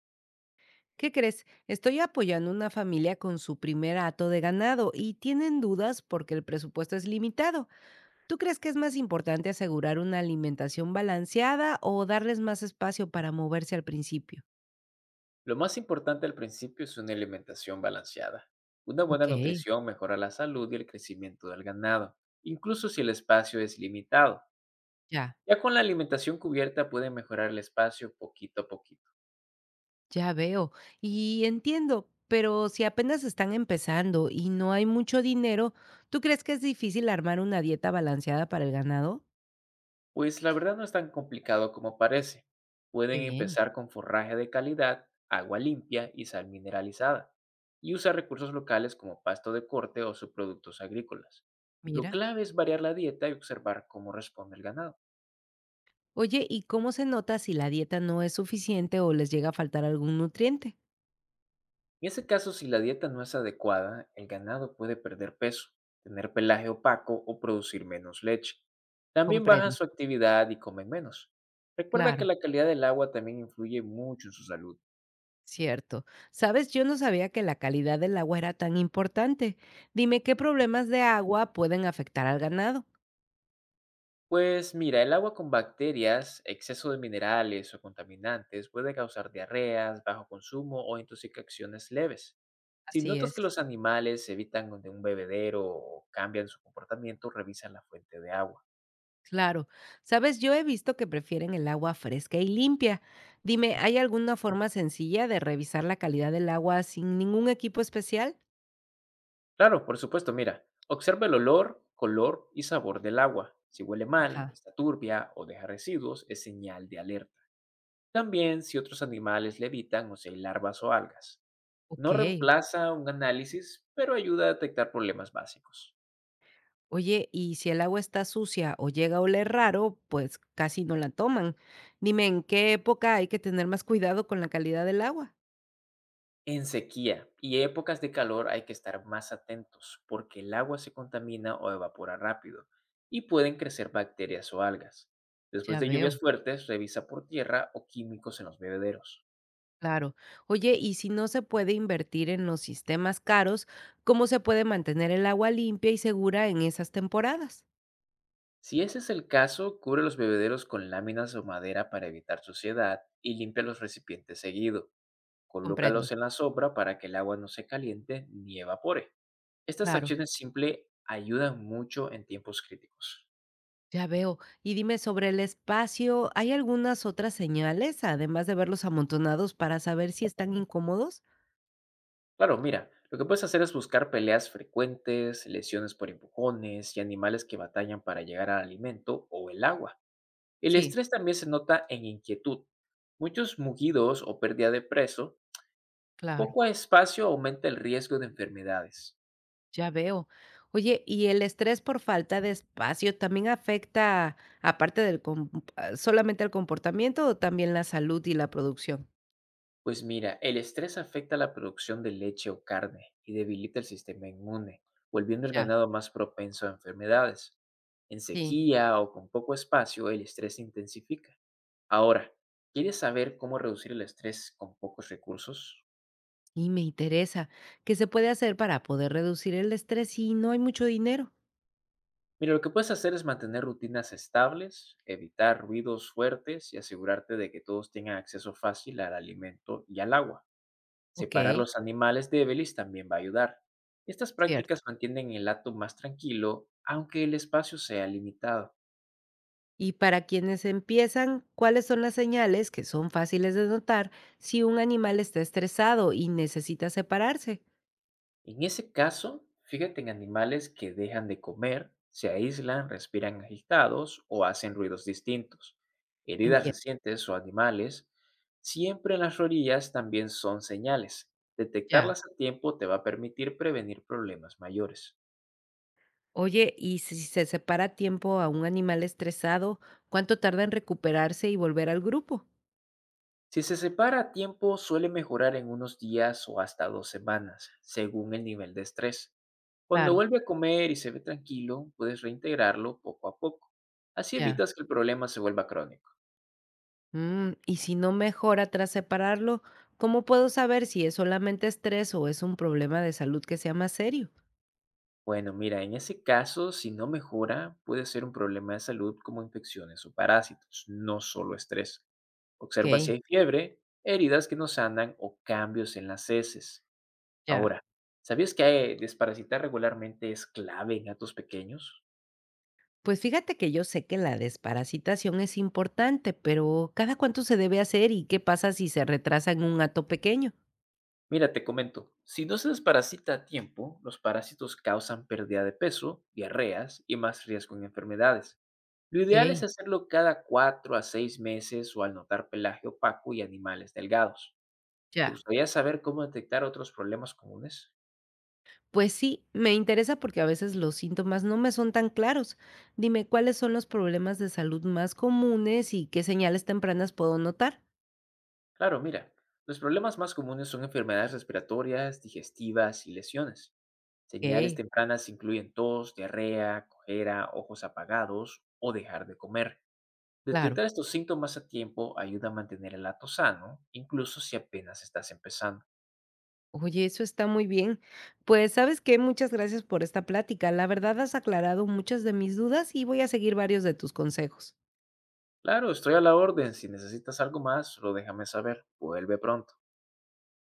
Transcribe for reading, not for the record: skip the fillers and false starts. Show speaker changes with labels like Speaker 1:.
Speaker 1: ¿Qué crees? Estoy apoyando una familia con su primer hato de ganado y tienen dudas porque el presupuesto es limitado. ¿Tú crees que es más importante asegurar una alimentación balanceada o darles más espacio para moverse al principio?
Speaker 2: Lo más importante al principio es una alimentación balanceada. Una
Speaker 1: Ok,
Speaker 2: buena nutrición mejora la salud y el crecimiento del ganado, incluso si el espacio es limitado.
Speaker 1: ya,
Speaker 2: Ya con la alimentación cubierta puede mejorar el espacio poquito a poquito.
Speaker 1: ya veo. Y entiendo, pero si apenas están empezando y no hay mucho dinero, ¿tú crees que es difícil armar una dieta balanceada para el ganado?
Speaker 2: Pues la verdad no es tan complicado como parece.
Speaker 1: Qué
Speaker 2: Pueden
Speaker 1: bien,
Speaker 2: empezar con forraje de calidad, agua limpia y sal mineralizada, y usar recursos locales como pasto de corte o subproductos agrícolas. Lo
Speaker 1: mira.
Speaker 2: clave es variar la dieta y observar cómo responde el ganado.
Speaker 1: Oye, ¿y cómo se nota si la dieta no es suficiente o les llega a faltar algún nutriente?
Speaker 2: En ese caso, si la dieta no es adecuada, el ganado puede perder peso, tener pelaje opaco o producir menos leche. También bajan
Speaker 1: Comprendo,
Speaker 2: su actividad y comen menos. Recuerda que
Speaker 1: claro,
Speaker 2: la calidad del agua también influye mucho en su salud.
Speaker 1: cierto. Sabes, yo no sabía que la calidad del agua era tan importante. Dime qué problemas de agua pueden afectar al ganado.
Speaker 2: Pues mira, el agua con bacterias, exceso de minerales o contaminantes puede causar diarreas, bajo consumo o intoxicaciones leves. Si
Speaker 1: Así
Speaker 2: notas
Speaker 1: es,
Speaker 2: que los animales evitan de un bebedero o cambian su comportamiento, revisa la fuente de agua.
Speaker 1: claro. Sabes, yo he visto que prefieren el agua fresca y limpia. Dime, ¿hay alguna forma sencilla de revisar la calidad del agua sin ningún equipo especial?
Speaker 2: Claro, por supuesto, mira, observa el olor, color y sabor del agua. Si huele mal,
Speaker 1: Ajá,
Speaker 2: está turbia o deja residuos, es señal de alerta. También si otros animales levitan o si hay larvas o algas. No
Speaker 1: ok.
Speaker 2: reemplaza un análisis, pero ayuda a detectar problemas básicos.
Speaker 1: Oye, y si el agua está sucia o llega a oler raro, pues casi no la toman. Dime, ¿en qué época hay que tener más cuidado con la calidad del agua?
Speaker 2: En sequía y épocas de calor hay que estar más atentos porque el agua se contamina o evapora rápido y pueden crecer bacterias o algas. Después
Speaker 1: Ya
Speaker 2: de
Speaker 1: veo.
Speaker 2: lluvias fuertes, revisa por tierra o químicos en los bebederos.
Speaker 1: Claro. Oye, y si no se puede invertir en los sistemas caros, ¿cómo se puede mantener el agua limpia y segura en esas temporadas?
Speaker 2: Si ese es el caso, cubre los bebederos con láminas o madera para evitar suciedad y limpia los recipientes seguido. Colócalos
Speaker 1: Comprendo.
Speaker 2: en la sombra para que el agua no se caliente ni evapore. Estas
Speaker 1: Claro.
Speaker 2: acciones simples ayudan mucho en tiempos críticos.
Speaker 1: Ya veo. Y dime sobre el espacio, ¿hay algunas otras señales, además de verlos amontonados, para saber si están incómodos?
Speaker 2: Claro, mira, lo que puedes hacer es buscar peleas frecuentes, lesiones por empujones y animales que batallan para llegar al alimento o el agua. El
Speaker 1: Sí,
Speaker 2: estrés también se nota en inquietud, muchos mugidos o pérdida de peso.
Speaker 1: claro.
Speaker 2: Poco espacio aumenta el riesgo de enfermedades.
Speaker 1: Ya veo. Oye, ¿y el estrés por falta de espacio también afecta, aparte del solamente el comportamiento o también la salud y la producción?
Speaker 2: Pues mira, el estrés afecta la producción de leche o carne y debilita el sistema inmune, volviendo el
Speaker 1: Ya,
Speaker 2: ganado más propenso a enfermedades. En
Speaker 1: sí.
Speaker 2: sequía o con poco espacio, el estrés se intensifica. Ahora, ¿quieres saber cómo reducir el estrés con pocos recursos?
Speaker 1: Y me interesa, ¿qué se puede hacer para poder reducir el estrés si no hay mucho dinero?
Speaker 2: Mira, lo que puedes hacer es mantener rutinas estables, evitar ruidos fuertes y asegurarte de que todos tengan acceso fácil al alimento y al agua.
Speaker 1: Ok,
Speaker 2: Separar los animales débiles también va a ayudar. Estas
Speaker 1: cierto.
Speaker 2: prácticas mantienen el hato más tranquilo, aunque el espacio sea limitado.
Speaker 1: Y para quienes empiezan, ¿cuáles son las señales que son fáciles de notar si un animal está estresado y necesita separarse?
Speaker 2: En ese caso, fíjate en animales que dejan de comer, se aíslan, respiran agitados o hacen ruidos distintos. Heridas
Speaker 1: Entiendo.
Speaker 2: recientes o animales, siempre en las orillas también son señales.
Speaker 1: Ya.
Speaker 2: Detectarlas a tiempo te va a permitir prevenir problemas mayores.
Speaker 1: Oye, y si se separa a tiempo a un animal estresado, ¿cuánto tarda en recuperarse y volver al grupo?
Speaker 2: Si se separa a tiempo, suele mejorar en unos días o hasta 2 semanas, según el nivel de estrés. Cuando
Speaker 1: Claro,
Speaker 2: vuelve a comer y se ve tranquilo, puedes reintegrarlo poco a poco. Así
Speaker 1: ya.
Speaker 2: evitas que el problema se vuelva crónico.
Speaker 1: Mm, y si no mejora tras separarlo, ¿cómo puedo saber si es solamente estrés o es un problema de salud que sea más serio?
Speaker 2: Bueno, mira, en ese caso, si no mejora, puede ser un problema de salud como infecciones o parásitos, no solo estrés. Observa
Speaker 1: Ok,
Speaker 2: si hay fiebre, heridas que no sanan o cambios en las heces.
Speaker 1: ya.
Speaker 2: Ahora, ¿sabías que desparasitar regularmente es clave en gatos pequeños?
Speaker 1: Pues fíjate que yo sé que la desparasitación es importante, pero ¿cada cuánto se debe hacer y qué pasa si se retrasa en un gato pequeño?
Speaker 2: Mira, te comento, si no se desparasita a tiempo, los parásitos causan pérdida de peso, diarreas y más riesgo en enfermedades. Lo ideal es
Speaker 1: Ok,
Speaker 2: hacerlo cada 4 a 6 meses o al notar pelaje opaco y animales delgados. ¿Te
Speaker 1: ya.
Speaker 2: gustaría saber cómo detectar otros problemas comunes?
Speaker 1: Pues sí, me interesa porque a veces los síntomas no me son tan claros. Dime, ¿cuáles son los problemas de salud más comunes y qué señales tempranas puedo notar?
Speaker 2: Claro, mira, los problemas más comunes son enfermedades respiratorias, digestivas y lesiones. Señales
Speaker 1: Ok,
Speaker 2: tempranas incluyen tos, diarrea, cojera, ojos apagados o dejar de comer.
Speaker 1: claro.
Speaker 2: Detectar estos síntomas a tiempo ayuda a mantener el lato sano, incluso si apenas estás empezando.
Speaker 1: Oye, eso está muy bien. Pues sabes qué, muchas gracias por esta plática. La verdad has aclarado muchas de mis dudas y voy a seguir varios de tus consejos.
Speaker 2: Claro, estoy a la orden. Si necesitas algo más, lo déjame saber. Vuelve pronto.